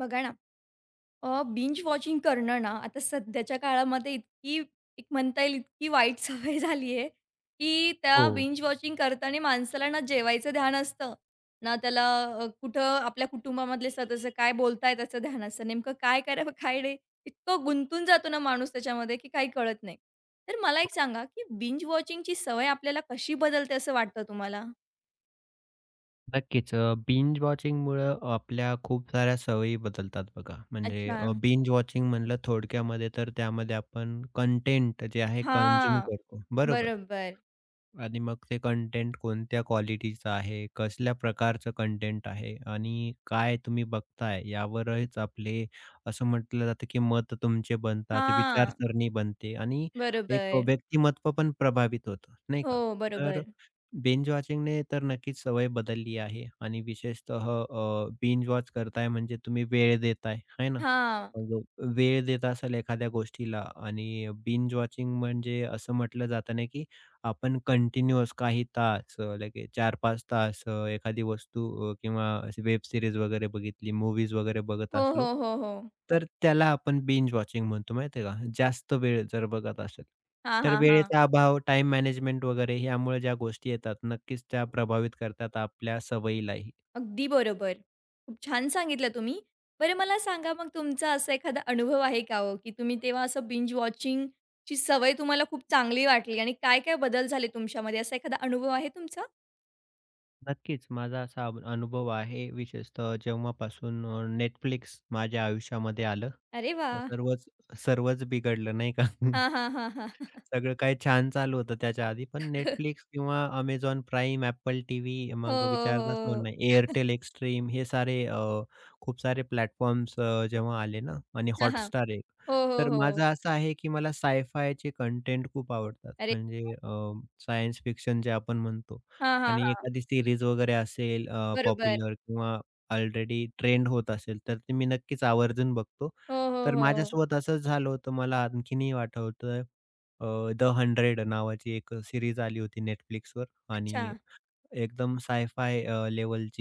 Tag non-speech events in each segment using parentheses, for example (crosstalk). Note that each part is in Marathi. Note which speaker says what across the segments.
Speaker 1: बघा ना, बिंज वॉचिंग करणं ना, आता सध्याच्या काळामध्ये इतकी एक म्हणता येईल इतकी वाईट (laughs) सवय झाली आहे, की त्या
Speaker 2: हो,
Speaker 1: बिंज वॉचिंग करताना माणसाला ना जेवायचं ध्यान असतं, ना त्याला कुठं आपल्या कुटुंबामधले सदस्य काय बोलताय त्याचं ध्यान असतं. नेमकं काय करावं, काय नाही. इतकं गुंतून जातो ना माणूस त्याच्यामध्ये, की काही कळत नाही. तर मला एक सांगा, की बिंज वॉचिंगची सवय आपल्याला कशी बदलते असं वाटतं तुम्हाला?
Speaker 2: नक्कीच. बिंज वॉचिंगमुळं आपल्या खूप साऱ्या सवयी बदलतात बघा. म्हणजे
Speaker 1: अच्छा.
Speaker 2: बिंज वॉचिंग म्हणलं थोडक्यामध्ये तर त्यामध्ये आपण कंटेंट जे आहे, कन्झ्युम
Speaker 1: हां.
Speaker 2: करतो, बरोबर?
Speaker 1: बरोबर.
Speaker 2: आणि मग ते कंटेंट कोणत्या क्वालिटीचं आहे, कसल्या प्रकारचं कंटेंट आहे आणि काय तुम्ही बघताय यावरच आपले असं म्हटलं जातं, की मत तुमचे बनतात,
Speaker 1: हां.
Speaker 2: विचारसरणी बनते आणि एक
Speaker 1: बरोबर.
Speaker 2: व्यक्तिमत्व पण प्रभावित होतं, नाही
Speaker 1: हो,
Speaker 2: का? तर
Speaker 1: बरोबर.
Speaker 2: बिंज वॉचिंगने तर नक्कीच सवय बदलली आहे आणि विशेषतः बिंज वॉच करताय म्हणजे तुम्ही वेळ देताय, आहे ना?
Speaker 1: हां.
Speaker 2: मग वेळ देत असाल एखाद्या गोष्टीला आणि बिंज वॉचिंग म्हणजे असं म्हटलं जातं ना, की आपण कंटिन्यूअस काही तास लगे 4-5 तास एखादी वस्तू किंवा वेब सीरीज वगैरे बघितली, मूवीज वगैरे बघत
Speaker 1: हो,
Speaker 2: असलो,
Speaker 1: हो, हो, हो.
Speaker 2: तर त्याला आपण बिंज वॉचिंग म्हणतो माहिती आहे का? जास्त वेळ जर बघत असेल,
Speaker 1: हां,
Speaker 2: तर
Speaker 1: हां, हां.
Speaker 2: वेळेचा अभाव, टाईम मॅनेजमेंट वगैरे यामुळे ज्या गोष्टी येतात, नक्कीच त्या प्रभावित करतात आपल्या सवयीलाही.
Speaker 1: अगदी बरोबर. खूप छान सांगितलं तुम्ही. बरं मला सांगा मग तुमचा असा एखादा अनुभव आहे का हो, की तुम्ही तेव्हा असं बिंज वॉचिंगची सवय तुम्हाला खूप चांगली वाटली आणि काय-काय बदल झाले तुमच्यामध्ये असा एखादा अनुभव आहे तुमचा?
Speaker 2: नक्कीच माझा असा अनुभव आहे विशेषतः जेव्हापासून माझ्या आयुष्यामध्ये आलं,
Speaker 1: अरे वाह!
Speaker 2: सर्वच सर्वच बिघडलं नाही का? (laughs)
Speaker 1: हां, हां, हां, हां.
Speaker 2: सगळं काही छान चालू होतं त्याच्या आधी. पण Netflix किंवा Amazon Prime, Apple TV
Speaker 1: हो,
Speaker 2: मग
Speaker 1: हो,
Speaker 2: विचारताच पण
Speaker 1: हो.
Speaker 2: नाही. Airtel Extreme हे सारे खूप सारे प्लॅटफॉर्म्स जेव्हा आले ना आणि
Speaker 1: हां, हां.
Speaker 2: Hotstar एक.
Speaker 1: हो, हो,
Speaker 2: तर माझं
Speaker 1: हो.
Speaker 2: असं आहे, की मला साय-फायचे कंटेंट खूप आवडतात.
Speaker 1: अरे
Speaker 2: म्हणजे सायन्स फिक्शन जे आपण म्हणतो
Speaker 1: हां, हां,
Speaker 2: आणि
Speaker 1: हां.
Speaker 2: एखादी सीरीज वगैरे असेल
Speaker 1: बरोबर.
Speaker 2: पॉप्युलर किंवा ऑलरेडी ट्रेंड होत असेल, तर ते मी नक्कीच आवर्जून बघतो.
Speaker 1: हो, हो,
Speaker 2: तर
Speaker 1: हो.
Speaker 2: माझ्यासोबत असंच झालं होतं. मला आणखीनही आठवतंय द हंड्रेड नावाची एक सिरीज आली होती Netflixवर
Speaker 1: अच्छा.
Speaker 2: आणि एकदम साय-फाय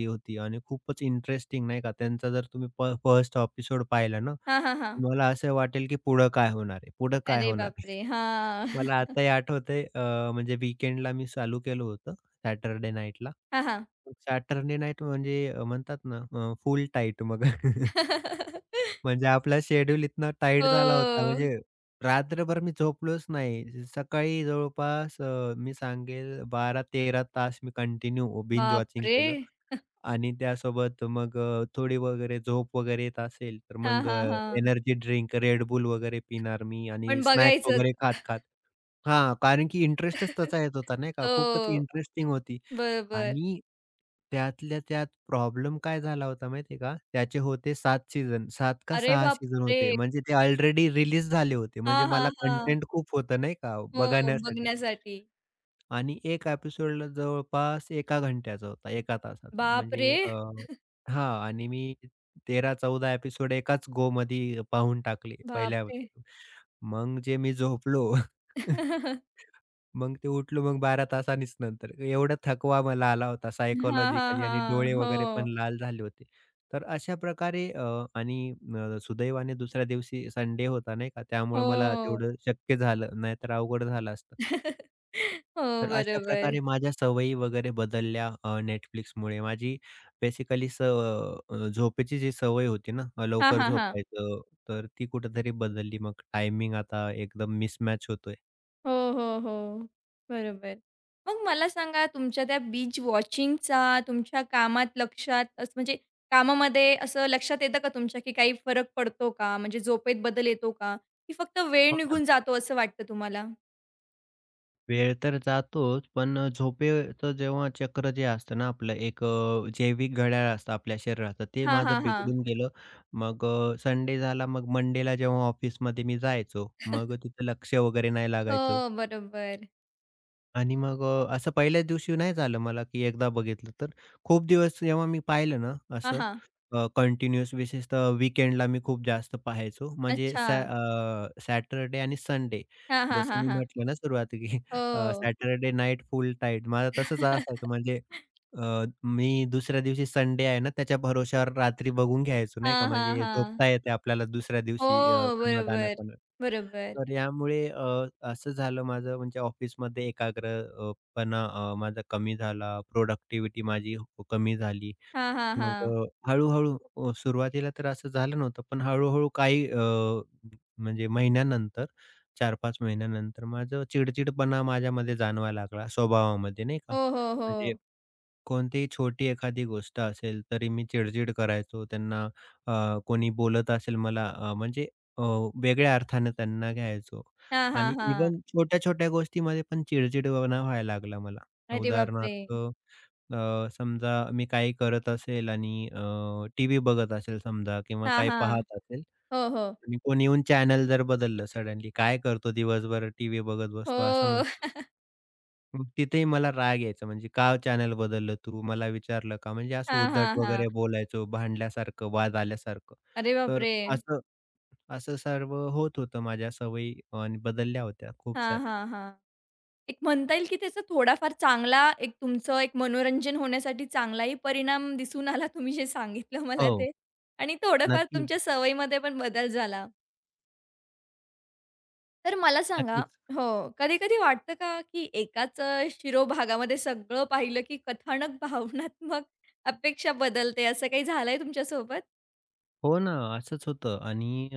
Speaker 2: होती आणि खूपच इंटरेस्टिंग नाही का. त्यांचा जर तुम्ही फर्स्ट एपिसोड पाहिला ना,
Speaker 1: हां, हां, हां.
Speaker 2: तुम्हाला असं वाटेल की पुढं काय होणार आहे? पुढं काय
Speaker 1: अरे
Speaker 2: होणार आहे? (laughs)
Speaker 1: बापरे! हां.
Speaker 2: मला आताही आठवतंय म्हणजे वीकेंडला मी चालू केलं होतं सॅटरडे नाईटला.
Speaker 1: हां, हां.
Speaker 2: सॅटरडे नाईट म्हणजे म्हणतात ना फुल टाईट मग. (laughs)
Speaker 1: (laughs)
Speaker 2: म्हणजे आपला शेड्यूल इतना टाईट
Speaker 1: हो.
Speaker 2: झाला होता, म्हणजे रात्रभर मी झोपलोच नाही. सकाळी जवळपास मी सांगेल 12-13 तास मी कंटिन्यू बिंज वॉचिंग
Speaker 1: बापरे!
Speaker 2: केलं आणि त्यासोबत मग थोडी वगैरे झोप वगैरे येत असेल, तर
Speaker 1: हां,
Speaker 2: मग
Speaker 1: हां, हां.
Speaker 2: एनर्जी ड्रिंक, Red वगैरे पिणार मी आणि
Speaker 1: पण
Speaker 2: स्नॅक्स
Speaker 1: बघायचंच.
Speaker 2: वगैरे खात-खात. हां, कारण की इंटरेस्टच तसा येत होता नाही का, खूपच
Speaker 1: हो.
Speaker 2: इंटरेस्टिंग होती
Speaker 1: बरोबर.
Speaker 2: आणि त्यातल्या त्यात प्रॉब्लेम काय झाला होता माहिती आहे का? त्याचे होते 7 सीझन, 7 का
Speaker 1: अरे
Speaker 2: 6 सीझन
Speaker 1: बापरे!
Speaker 2: होते. म्हणजे ते ऑलरेडी रिलीज झाले होते.
Speaker 1: हां,
Speaker 2: म्हणजे
Speaker 1: हां,
Speaker 2: मला
Speaker 1: हां.
Speaker 2: कंटेंट खूप होतं नाही का
Speaker 1: हो,
Speaker 2: बघण्यासाठी.
Speaker 1: बघण्यासाठी.
Speaker 2: आणि एक एपिसोड जवळपास 1 घंट्याचा होता, एका तासाचा.
Speaker 1: बापरे!
Speaker 2: म्हणजे हां आणि मी 14 एपिसोड एकाच गोमध्ये पाहून टाकले पहिल्या
Speaker 1: बापरे!
Speaker 2: episode. मग जे मी झोपलो. (laughs) मग ते उठलो मग 12 तासांनीच नंतर. एवढा थकवा मला आला होता
Speaker 1: हां, हां,
Speaker 2: सायकॉलॉजिकली आणि
Speaker 1: हां.
Speaker 2: डोळे
Speaker 1: हो.
Speaker 2: वगैरे पण लाल झाले होते. तर अशा प्रकारे आणि सुदैवाने दुसऱ्या दिवशी संडे होता नाही का, त्यामुळे मला
Speaker 1: हो.
Speaker 2: तेवढं शक्य झालं, नाहीतर अवघड झालं असतं.
Speaker 1: (laughs) हो,
Speaker 2: तर अशा
Speaker 1: बरोबर.
Speaker 2: प्रकारे माझ्या सवयी वगैरे बदलल्या Netflixमुळे. माझी बेसिकली झोपेची जी सवय होती ना,
Speaker 1: हां,
Speaker 2: लवकर
Speaker 1: हां, हां.
Speaker 2: झोपायचं, तर ती कुठेतरी बदलली. मग टायमिंग आता एकदम मिसमॅच होतोय.
Speaker 1: हो, हो, हो. बरोबर. मग मला सांगा तुमच्या त्या बीच वॉचिंगचा तुमच्या कामात लक्षात असं म्हणजे कामामध्ये असं लक्षात येतं का तुमच्या, की काही फरक पडतो का? म्हणजे झोपेत बदल येतो का? की फक्त वेळ
Speaker 2: हो ना.
Speaker 1: निघून जातो असं वाटतं तुम्हाला?
Speaker 2: वेळ तर जातोच, पण झोपेचं जेव्हा चक्र जे असतं ना आपलं एक जैविक घड्याळ असतं आपल्या शरीराचं, ते
Speaker 1: हा हां,
Speaker 2: माझं
Speaker 1: हा
Speaker 2: बिघडून गेलं. मग संडे झाला, मग मंडेला जेव्हा ऑफिसमध्ये मी जायचो, मग तिथं लक्ष वगैरे नाही लागायचं.
Speaker 1: हो, बरोबर.
Speaker 2: आणि मग असं पहिल्याच दिवशी नाही झालं मला, की एकदा बघितलं तर. खूप दिवस जेव्हा मी पाहिलं ना
Speaker 1: हां,
Speaker 2: असं
Speaker 1: हां.
Speaker 2: कंटिन्यूअस विशेषतः वीकेंडला मी खूप जास्त पाहायचो. म्हणजे
Speaker 1: अच्छा.
Speaker 2: सॅटरडे आणि संडे
Speaker 1: हां, हां,
Speaker 2: जसं
Speaker 1: हां,
Speaker 2: मी
Speaker 1: हां.
Speaker 2: म्हटलं ना सुरुवाती की
Speaker 1: हो.
Speaker 2: सॅटरडे नाईट फुल टाईट माझं तसंच असायचं.
Speaker 1: (laughs)
Speaker 2: म्हणजे मी दुसऱ्या दिवशी संडे आहे ना त्याच्या भरोश्यावर रात्री बघून घ्यायचो नाही का.
Speaker 1: हां, हां,
Speaker 2: म्हणजे
Speaker 1: हां.
Speaker 2: झोपता येते आपल्याला दुसऱ्या
Speaker 1: हो,
Speaker 2: दिवशी
Speaker 1: बरोबर.
Speaker 2: समाधानापणे.
Speaker 1: बरोबर.
Speaker 2: तर यामुळे असं झालं माझं म्हणजे ऑफिसमध्ये एकाग्र अ, माझा कमी झाला, प्रोडक्टिव्हिटी माझी कमी झाली.
Speaker 1: हां, हां,
Speaker 2: मग
Speaker 1: हां.
Speaker 2: अ, हळू-हळू सुरुवातीला तर असं झालं नव्हतं, पण हळू-हळू काही म्हणजे महिन्यानंतर 4-5 महिन्यानंतर माझं चिडचिडपणा माझ्यामध्ये जाणवायला लागला स्वभावामध्ये नाही का?
Speaker 1: हो, हो,
Speaker 2: म्हणजे
Speaker 1: हो.
Speaker 2: कोणतीही छोटी एखादी गोष्ट असेल तरी मी चिड-चिड करायचो. त्यांना कोणी बोलत असेल मला म्हणजे अ, वेगळ्या अर्थाने त्यांना घ्यायचो
Speaker 1: हां, हां,
Speaker 2: आणि
Speaker 1: हां.
Speaker 2: इव्हन छोट्या-छोट्या गोष्टीमध्ये पण चिड व्हायला लागला मला.
Speaker 1: अरे बापरे!
Speaker 2: उदाहरणार्थ समजा मी काही करत असेल आणि टीव्ही बघत असेल समजा किंवा
Speaker 1: हां,
Speaker 2: काही
Speaker 1: हां.
Speaker 2: पाहत असेल
Speaker 1: हो, हो.
Speaker 2: आणि कोणी येऊन चॅनल जर बदललं सडनली, "काय करतो दिवसभर टीव्ही बघत बसतो?" असं
Speaker 1: हो.
Speaker 2: म्हटलं. मग तिथेही मला राग यायचा, म्हणजे का चॅनल बदललं तू? मला विचारलं का? म्हणजे असं
Speaker 1: हां,
Speaker 2: उद्धट
Speaker 1: हां,
Speaker 2: वगैरे
Speaker 1: हां.
Speaker 2: बोलायचो, भांडल्यासारखं, वाद आल्यासारखं.
Speaker 1: अरे
Speaker 2: तर
Speaker 1: बापरे!
Speaker 2: असं असं सर्व होत होतं. माझ्या सवयी आणि बदलल्या होत्या खूप
Speaker 1: हां,
Speaker 2: साऱ्या.
Speaker 1: हां, हां. एक म्हणता येईल की त्याचा थोडाफार चांगला एक तुमचं एक मनोरंजन होण्यासाठी चांगलाही परिणाम दिसून आला तुम्ही जे सांगितलं मला
Speaker 2: हो,
Speaker 1: ते आणि थोडंफार
Speaker 2: नक्कीच,
Speaker 1: तुमच्या सवयीमध्ये पण बदल झाला. तर मला सांगा
Speaker 2: नक्कीच.
Speaker 1: हो, कधी-कधी वाटतं का की एकाच शिरोभागामध्ये सगळं पाहिलं की कथानक भावनात्मक अपेक्षा बदलते, असं काही झालंय तुमच्यासोबत?
Speaker 2: हो ना, असंच होतं आणि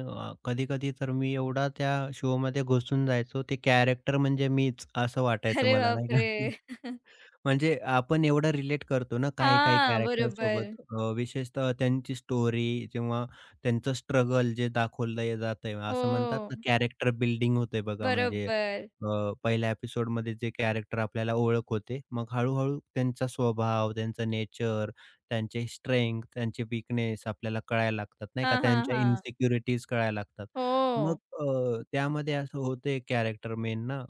Speaker 2: कधी-कधी तर मी एवढा त्या शोमध्ये घुसून जायचो, ते कॅरेक्टर म्हणजे मीच असं वाटायचं
Speaker 1: अरे
Speaker 2: मला नाही का?
Speaker 1: बापरे! (laughs)
Speaker 2: म्हणजे आपण एवढं रिलेट करतो ना काही-काही
Speaker 1: हां,
Speaker 2: कॅरेक्टर
Speaker 1: बरोबर.
Speaker 2: सोबत विशेषतः त्यांची स्टोरी किंवा त्यांचं स्ट्रगल जे दाखवलं जातंय
Speaker 1: हो,
Speaker 2: असं म्हणतात ना कॅरेक्टर बिल्डिंग होते बघा म्हणजे
Speaker 1: बरोबर.
Speaker 2: पहिल्या एपिसोडमध्ये जे कॅरेक्टर आपल्याला ओळख होते, मग हळू-हळू त्यांचा स्वभाव, त्यांचा नेचर, त्यांचे स्ट्रेंग्थ, त्यांचे वीकनेस आपल्याला कळायला लागतात नाही
Speaker 1: हां,
Speaker 2: का?
Speaker 1: हां,
Speaker 2: त्यांच्या
Speaker 1: हां.
Speaker 2: इन्सिक्युरिटीज कळायला लागतात. मग
Speaker 1: हो.
Speaker 2: त्यामध्ये असं होते कॅरेक्टर मेन ना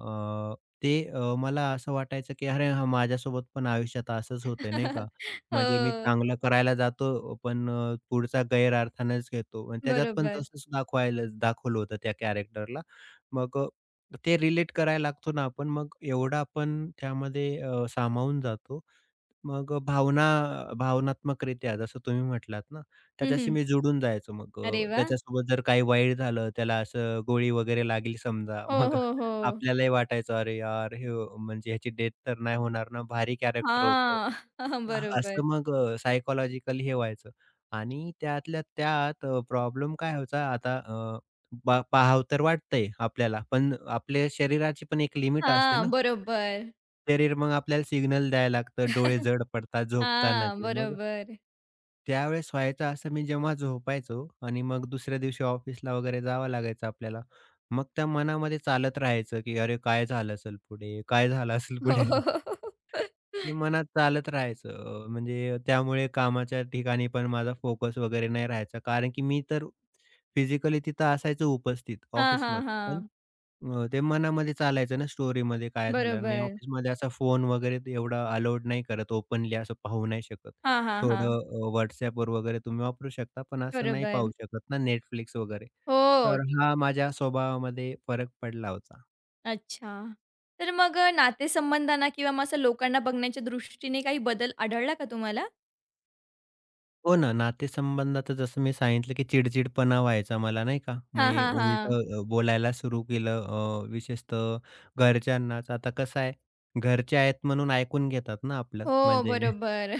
Speaker 2: ते मला असं वाटायचं, की अरे हां, माझ्यासोबत पण आयुष्यात असंच होतंय नाही का?
Speaker 1: (laughs) हो,
Speaker 2: म्हणजे मी चांगलं करायला जातो, पण पुढचा गैरअर्थानेच घेतो आणि त्याच्यात पण
Speaker 1: बरोबर.
Speaker 2: तसंच दाखवलं होतं त्या कॅरेक्टरला. मग अ, ते रिलेट करायला लागतो ना आपण, मग एवढा आपण त्यामध्ये सामावून जातो. मग अ, भावना भावनात्मकरित्या जसं तुम्ही म्हटलात ना,
Speaker 1: हं,
Speaker 2: त्याच्याशी
Speaker 1: हं.
Speaker 2: मी जुडून जायचो मग.
Speaker 1: अरे वाह!
Speaker 2: त्याच्यासोबत जर काही वाईट झालं, त्याला असं गोळी वगैरे लागली समजा,
Speaker 1: हो,
Speaker 2: मग
Speaker 1: हो, हो.
Speaker 2: आपल्यालाही वाटायचं, "अरे यार, हे म्हणजे ह्याची डेथ तर नाही होणार ना, भारी कॅरेक्टर होतं."
Speaker 1: हां, (laughs)
Speaker 2: हां,
Speaker 1: बरोबर.
Speaker 2: असं सायकॉलॉजिकली हे व्हायचं आणि त्यातल्या त्यात प्रॉब्लेम काय व्हायचा आता पाहावं तर वाटतंय आपल्याला, पण आपल्या शरीराची पण एक लिमिट असते ना.
Speaker 1: हां, बरोबर.
Speaker 2: शरीर मग आपल्याला सिग्नल द्यायला लागतं, डोळे जड पडतात
Speaker 1: हां,
Speaker 2: झोपतानाचे. मग
Speaker 1: बरोबर.
Speaker 2: त्यावेळेस व्हायचं असं मी जेव्हा झोपायचो आणि मग दुसऱ्या दिवशी ऑफिसला वगैरे जावं लागायचं आपल्याला. मग त्या मनामध्ये चालत राहायचं, की "अरे, काय झालं असेल पुढे? काय झालं असेल
Speaker 1: हो.
Speaker 2: पुढे?"
Speaker 1: (laughs)
Speaker 2: ते मनात चालत राहायचं. म्हणजे त्यामुळे कामाच्या ठिकाणी पण माझा फोकस वगैरे नाही राहायचा. कारण की मी तर फिजिकली तिथं असायचो उपस्थित
Speaker 1: हां, हां,
Speaker 2: ऑफिसमध्ये. पण
Speaker 1: हां.
Speaker 2: ते मनामध्ये चालायचं ना स्टोरीमध्ये काय झालं आणि
Speaker 1: बरोबर.
Speaker 2: ऑफिसमध्ये असा फोन वगैरे ते एवढा अलाउड नाही करत ओपनली असं पाहू नाही शकत.
Speaker 1: हां, हां, हां.
Speaker 2: थोडं वगैरे तुम्ही वापरू शकता, पण असं नाही
Speaker 1: बरोबर.
Speaker 2: पाहू शकत ना Netflix वगैरे.
Speaker 1: हो,
Speaker 2: तर हा माझ्या स्वभावामध्ये फरक पडला होता.
Speaker 1: अच्छा. तर मग नातेसंबंधांना किंवा मग असं लोकांना बघण्याच्या दृष्टीने काही बदल आढळला का तुम्हाला?
Speaker 2: हो ना, नातेसंबंधात जसं मी सांगितलं, की चिडचिडपणा व्हायचा मला नाही का.
Speaker 1: हां,
Speaker 2: मी
Speaker 1: हां, हा
Speaker 2: उलटं बोलायला सुरू केलं विशेषतः घरच्यांनाच. आता कसं आहे, घरचे आहेत म्हणून ऐकून घेतात ना आपलं
Speaker 1: हो,
Speaker 2: म्हणजे
Speaker 1: बरोबर.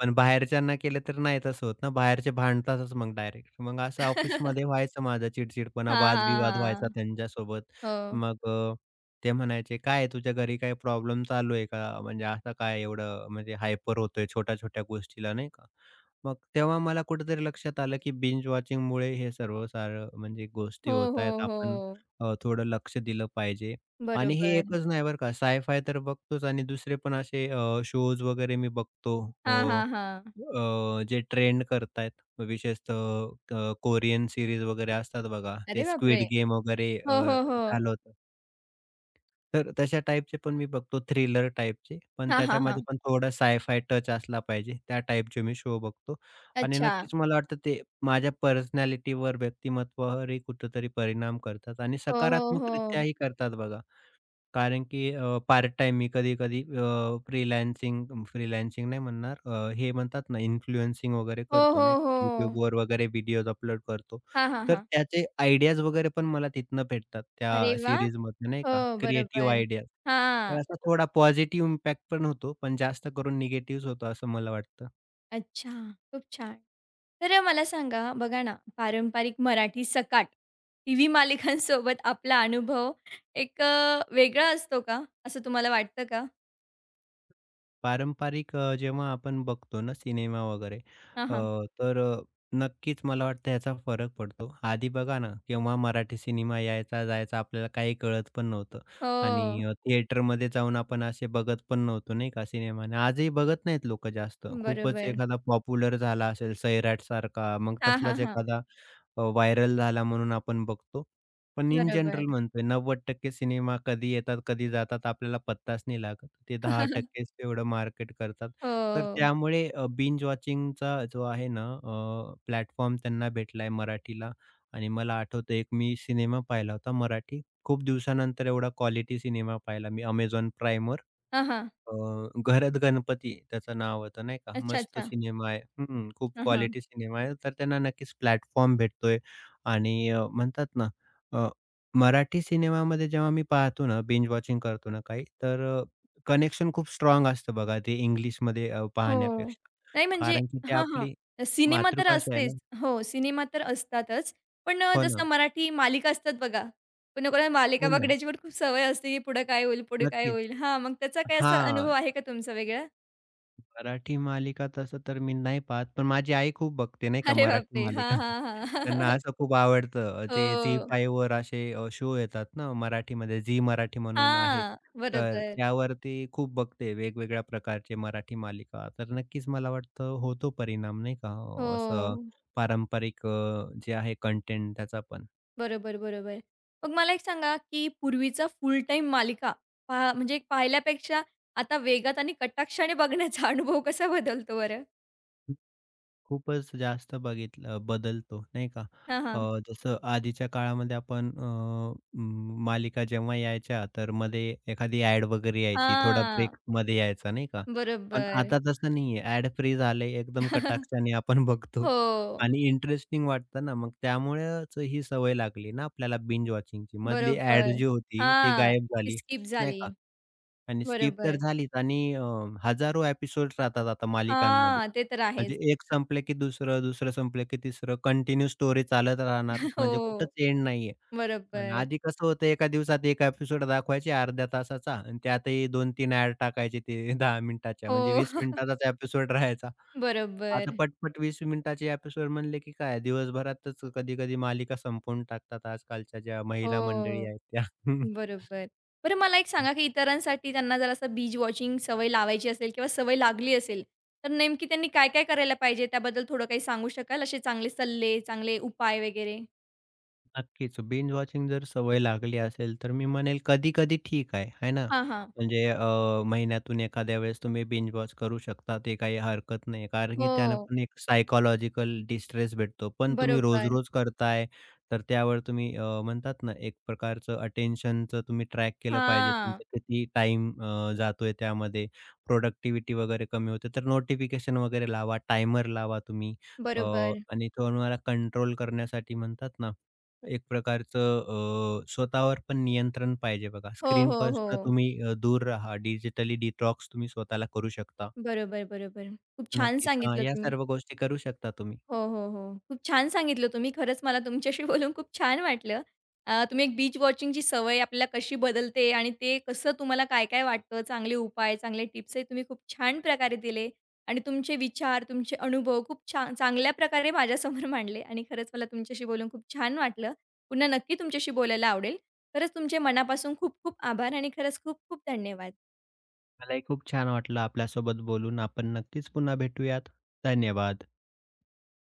Speaker 2: पण बाहेरच्यांना केलं तर नाही तसं होत ना, बाहेरचे भांडतातच मग डायरेक्ट. मग असं ऑफिसमध्ये
Speaker 1: (laughs)
Speaker 2: व्हायचं माझं चिडचिडपणा,
Speaker 1: हां, हां,
Speaker 2: वादविवाद व्हायचा
Speaker 1: हां.
Speaker 2: त्यांच्यासोबत.
Speaker 1: हो.
Speaker 2: मग अ, ते म्हणायचे, "काय तुझ्या घरी काही प्रॉब्लेम चालू आहे का? म्हणजे असं काय एवढं म्हणजे हायपर होतोय छोट्या-छोट्या गोष्टीला," नाही का? मग तेव्हा मला कुठेतरी लक्षात आलं, की बिंज वॉचिंगमुळे हे सर्व सारं म्हणजे गोष्टी
Speaker 1: हो,
Speaker 2: होत
Speaker 1: हो,
Speaker 2: आहेत.
Speaker 1: हो.
Speaker 2: आपण थोडं लक्ष दिलं पाहिजे. आणि हे
Speaker 1: बरोबर.
Speaker 2: एकच नाही बरं का, साय तर बघतोच आणि दुसरे पण असे शोज वगैरे मी बघतो.
Speaker 1: हां, हां, हां.
Speaker 2: जे ट्रेंड करतायत, विशेषतः कोरियन सीरीज वगैरे असतात बघा,
Speaker 1: अरे
Speaker 2: ते
Speaker 1: बापरे!
Speaker 2: स्क्विड गेम वगैरे
Speaker 1: हो, हो, हो.
Speaker 2: झालं होतं. तर तशा टाईपचे पण मी बघतो, थ्रिलर टाईपचे. पण
Speaker 1: हां, हां,
Speaker 2: त्याच्यामध्ये
Speaker 1: हां.
Speaker 2: पण थोडा साय-फाय टच असला पाहिजे. त्या टाईपचे मी शो बघतो आणि
Speaker 1: अच्छा.
Speaker 2: नक्कीच मला वाटतं ते माझ्या पर्सनॅलिटीवर, व्यक्तिमत्त्वावरही कुठेतरी परिणाम करतात आणि
Speaker 1: हो, हो, हो.
Speaker 2: सकारात्मकरित्याही करतात बघा. कारण की पार्ट टाइम मी कधी-कधी फ्रीलान्सिंग नाही म्हणणार हे म्हणतात ना इन्फ्लुएन्सिंग वगैरे
Speaker 1: हो,
Speaker 2: करतो
Speaker 1: हो,
Speaker 2: नाही
Speaker 1: हो.
Speaker 2: का, YouTubeवर वगैरे व्हिडिओज अपलोड करतो.
Speaker 1: हां, हां,
Speaker 2: तर
Speaker 1: हां.
Speaker 2: त्याचे आयडियाज वगैरे पण मला तिथनं भेटतात त्या
Speaker 1: अरे वाह!
Speaker 2: सीरीजमधनं नाही
Speaker 1: हो,
Speaker 2: का, क्रिएटिव्ह
Speaker 1: बरोबर.
Speaker 2: आयडियाज. तर
Speaker 1: हां.
Speaker 2: असा थोडा पॉझिटिव्ह इम्पॅक्ट पण होतो, पण जास्त करून निगेटिव्हच होतो असं मला वाटतं.
Speaker 1: अच्छा, खूप छान. तर मला सांगा, बघा ना, पारंपरिक मराठी सकाट टीव्ही मालिकांसोबत आपला अनुभव एक वेगळा असतो का, असं तुम्हाला वाटतं का?
Speaker 2: पारंपरिक जेव्हा आपण बघतो ना सिनेमा वगैरे
Speaker 1: हां, हां.
Speaker 2: तर नक्कीच मला वाटतं याचा फरक पडतो. आधी बघा ना, केव्हा मराठी सिनेमा यायचा, जायचा आपल्याला काही कळत पण नव्हतं आणि
Speaker 1: हो,
Speaker 2: थिएटरमध्ये जाऊन आपण असे बघत पण नव्हतो नाही का सिनेमा आणि आजही बघत नाहीत लोक जास्त. खूपच
Speaker 1: बरोबर.
Speaker 2: एखादा पॉप्युलर झाला असेल सैराटसारखा, मग
Speaker 1: हां, हां,
Speaker 2: तसलाच
Speaker 1: हां.
Speaker 2: एखादा व्हायरल झाला म्हणून आपण बघतो. पण इन
Speaker 1: बरोबर.
Speaker 2: जनरल म्हणतोय 90% सिनेमा कधी येतात, कधी जातात आपल्याला पत्ताच नाही लागत. ते
Speaker 1: (laughs)
Speaker 2: 10%च तेवढं मार्केट करतात. तर
Speaker 1: हो.
Speaker 2: त्यामुळे बिंज वॉचिंगचा जो आहे ना प्लॅटफॉर्म त्यांना भेटलाय मराठीला आणि मला आठवतं एक मी सिनेमा पाहिला होता मराठी. खूप दिवसानंतर एवढा क्वालिटी सिनेमा पाहिला मी Amazon
Speaker 1: हां, हां.
Speaker 2: अ, घरात गणपती त्याचं नाव होतं नाही का.
Speaker 1: अच्छा,
Speaker 2: मस्त
Speaker 1: अच्छा.
Speaker 2: सिनेमा आहे. हं, खूप
Speaker 1: हां, हां.
Speaker 2: क्वालिटी सिनेमा आहे. तर त्यांना नक्कीच प्लॅटफॉर्म भेटतोय आणि म्हणतात ना अ, मराठी सिनेमामध्ये जेव्हा मी पाहतो ना, बिंज वॉचिंग करतो ना काही, तर कनेक्शन खूप स्ट्राँग असतं बघा ते इंग्लिशमध्ये
Speaker 1: हो.
Speaker 2: पाहण्यापेक्षा.
Speaker 1: नाही म्हणजे
Speaker 2: कारण की ते
Speaker 1: हां, हां.
Speaker 2: आपली
Speaker 1: सिनेमा तर
Speaker 2: मातृभाषा आहे
Speaker 1: असतेच.
Speaker 2: ना.
Speaker 1: हो, सिनेमा तर असतातच. पण
Speaker 2: हो ना,
Speaker 1: जसं मराठी मालिका असतात बघा. कोणाकोणाला मालिका
Speaker 2: हो ना.
Speaker 1: बघण्याची पण खूप सवय असते, की पुढे काय होईल, पुढे काय
Speaker 2: नक्कीच.
Speaker 1: होईल? हां, मग त्याचा काय असा अनुभव
Speaker 2: हां.
Speaker 1: आहे का तुमचा वेगळा?
Speaker 2: मराठी मालिका तसं तर मी नाही पाहत, पण माझी आई खूप बघते नाही का
Speaker 1: अरे
Speaker 2: मराठी
Speaker 1: बापरे! हां,
Speaker 2: मालिका.
Speaker 1: हां, हां.
Speaker 2: (laughs) त्यांना
Speaker 1: (laughs)
Speaker 2: असं खूप आवडतं. ते झी
Speaker 1: हो.
Speaker 2: फाईव्हवर असे शो येतात ना मराठीमध्ये, झी मराठी म्हणून आहे.
Speaker 1: हां.
Speaker 2: तर
Speaker 1: बरोबर.
Speaker 2: त्यावरती खूप बघते वेगवेगळ्या प्रकारचे मराठी मालिका. तर नक्कीच मला वाटतं होतो परिणाम नाही का,
Speaker 1: हो.
Speaker 2: असं पारंपरिक जे आहे कंटेंट त्याचा पण.
Speaker 1: बरोबर, बरोबर. मग मला एक सांगा, की पूर्वीचा फुल टाईम मालिका पहा म्हणजे पाहिल्यापेक्षा आता वेगात आणि कटाक्षाने बघण्याचा (laughs) अनुभव कसा बदलतो बरं?
Speaker 2: खूपच जास्त बघितलं बदलतो नाही का?
Speaker 1: हां,
Speaker 2: अ,
Speaker 1: हां.
Speaker 2: जसं आधीच्या काळामध्ये आपण मालिका जेव्हा यायच्या, तर मध्ये एखादी ॲड वगैरे यायची, थोडा
Speaker 1: हां.
Speaker 2: ब्रेकमध्ये यायचा नाही का? पण
Speaker 1: बरोबर.
Speaker 2: आता तसं नाहीये. ॲड फ्री झाले, एकदम
Speaker 1: (laughs)
Speaker 2: कटाक्षाने आपण (laughs) बघतो
Speaker 1: हो,
Speaker 2: आणि इंटरेस्टिंग वाटतं ना, मग त्यामुळेच ही सवय लागली ना आपल्याला बिंज वॉचिंगची. मधली
Speaker 1: बरोबर.
Speaker 2: ॲड जी होती ती
Speaker 1: हां,
Speaker 2: गायब
Speaker 1: ती
Speaker 2: झाली
Speaker 1: स्किप
Speaker 2: नाही
Speaker 1: झाली.
Speaker 2: का? आणि स्किप तर
Speaker 1: बरोबर.
Speaker 2: झालीच आणि 1000s एपिसोड्स राहतात आता मालिकांमध्ये.
Speaker 1: हां, ते तर
Speaker 2: म्हणजे
Speaker 1: आहेच.
Speaker 2: एक संपले की दुसरं, दुसरं संपलं की तिसरं कंटिन्यू स्टोरी चालत राहणार.
Speaker 1: (laughs)
Speaker 2: म्हणजे कुठंच
Speaker 1: हो,
Speaker 2: एंड नाहीये. आणि
Speaker 1: बरोबर.
Speaker 2: आधी कसं होतं एका दिवसात 1 एपिसोड दाखवायचे अर्ध्या तासाचा आणि त्यातही 2-3 ॲड टाकायचे ते (laughs) 10 मिनिटाच्या
Speaker 1: हो,
Speaker 2: म्हणजे 20
Speaker 1: (laughs)
Speaker 2: मिनिटाचाच एपिसोड राहायचा. आता
Speaker 1: बरोबर.
Speaker 2: पटपट 20 मिनिटाचे एपिसोड म्हणले की काय दिवसभरातच कधी-कधी मालिका संपवून टाकतात आजकालच्या ज्या महिला मंडळी
Speaker 1: हो.
Speaker 2: आहेत त्या. (laughs)
Speaker 1: बरोबर. बरं मला एक सांगा, की इतरांसाठी त्यांना जर असं बिंज वॉचिंग सवय लावायची असेल किंवा सवय लागली असेल, तर नेमकी त्यांनी काय-काय करायला पाहिजे? त्याबद्दल थोडं काही सांगू शकाल? असे चांगले सल्ले, चांगले उपाय वगैरे?
Speaker 2: नक्कीच. बिंज वॉचिंग जर सवय लागली असेल, तर मी म्हणेल कधी-कधी ठीक आहे, है ना.
Speaker 1: हां, हां.
Speaker 2: म्हणजे महिन्यातून एखाद्या वेळेस तुम्ही बिंज वॉच करू शकता, ते काही हरकत नाही. कारण की त्यानं
Speaker 1: हो.
Speaker 2: पण एक सायकॉलॉजिकल डिस्ट्रेस भेटतो. पण तुम्ही
Speaker 1: बरोबर.
Speaker 2: रोज-रोज करताय, तर त्यावर तुम्ही म्हणतात ना, एक प्रकारचं अटेन्शनचं तुम्ही ट्रॅक केलं पाहिजे.
Speaker 1: हां.
Speaker 2: तुमचं किती टाईम जातोय त्यामध्ये, प्रोडक्टिव्हिटी वगैरे कमी होते. तर नोटिफिकेशन वगैरे लावा, टायमर लावा तुम्ही अ,
Speaker 1: बरोबर.
Speaker 2: आणि तुम्हाला कंट्रोल करण्यासाठी म्हणतात ना एक प्रकारचं स्वतःवर पण नियंत्रण पाहिजे बघा.
Speaker 1: हो, हो, हो.
Speaker 2: स्क्रीनपासून तुम्ही दूर राहा. डिजिटली डिटॉक्स तुम्ही स्वतःला करू शकता.
Speaker 1: बरोबर, बरोबर. खूप छान
Speaker 2: नक्कीच. हां,
Speaker 1: सांगितलं
Speaker 2: या
Speaker 1: तुम्ही.
Speaker 2: सर्व गोष्टी करू शकता तुम्ही.
Speaker 1: हो, हो, हो. खूप छान सांगितलं तुम्ही. खरंच मला तुमच्याशी (laughs) बोलून खूप छान वाटलं. तुम्ही एक बीच वॉचिंगची सवय आपल्याला कशी बदलते आणि ते कसं तुम्हाला काय-काय वाटतं, चांगले उपाय, चांगले टिप्सही तुम्ही खूप छान प्रकारे दिले आणि तुमचे विचार, तुमचे अनुभव खूप छान चांगल्या प्रकारे माझ्यासमोर मांडले आणि खरंच मला तुमच्याशी बोलून खूप छान वाटलं. पुन्हा नक्की तुमच्याशी बोलायला आवडेल. खरंच तुमचे मनापासून खूप खूप आभार आणि खरंच खूप खूप धन्यवाद.
Speaker 2: मलाही खूप छान वाटलं आपल्यासोबत बोलून. आपण नक्कीच पुन्हा भेटूयात. धन्यवाद.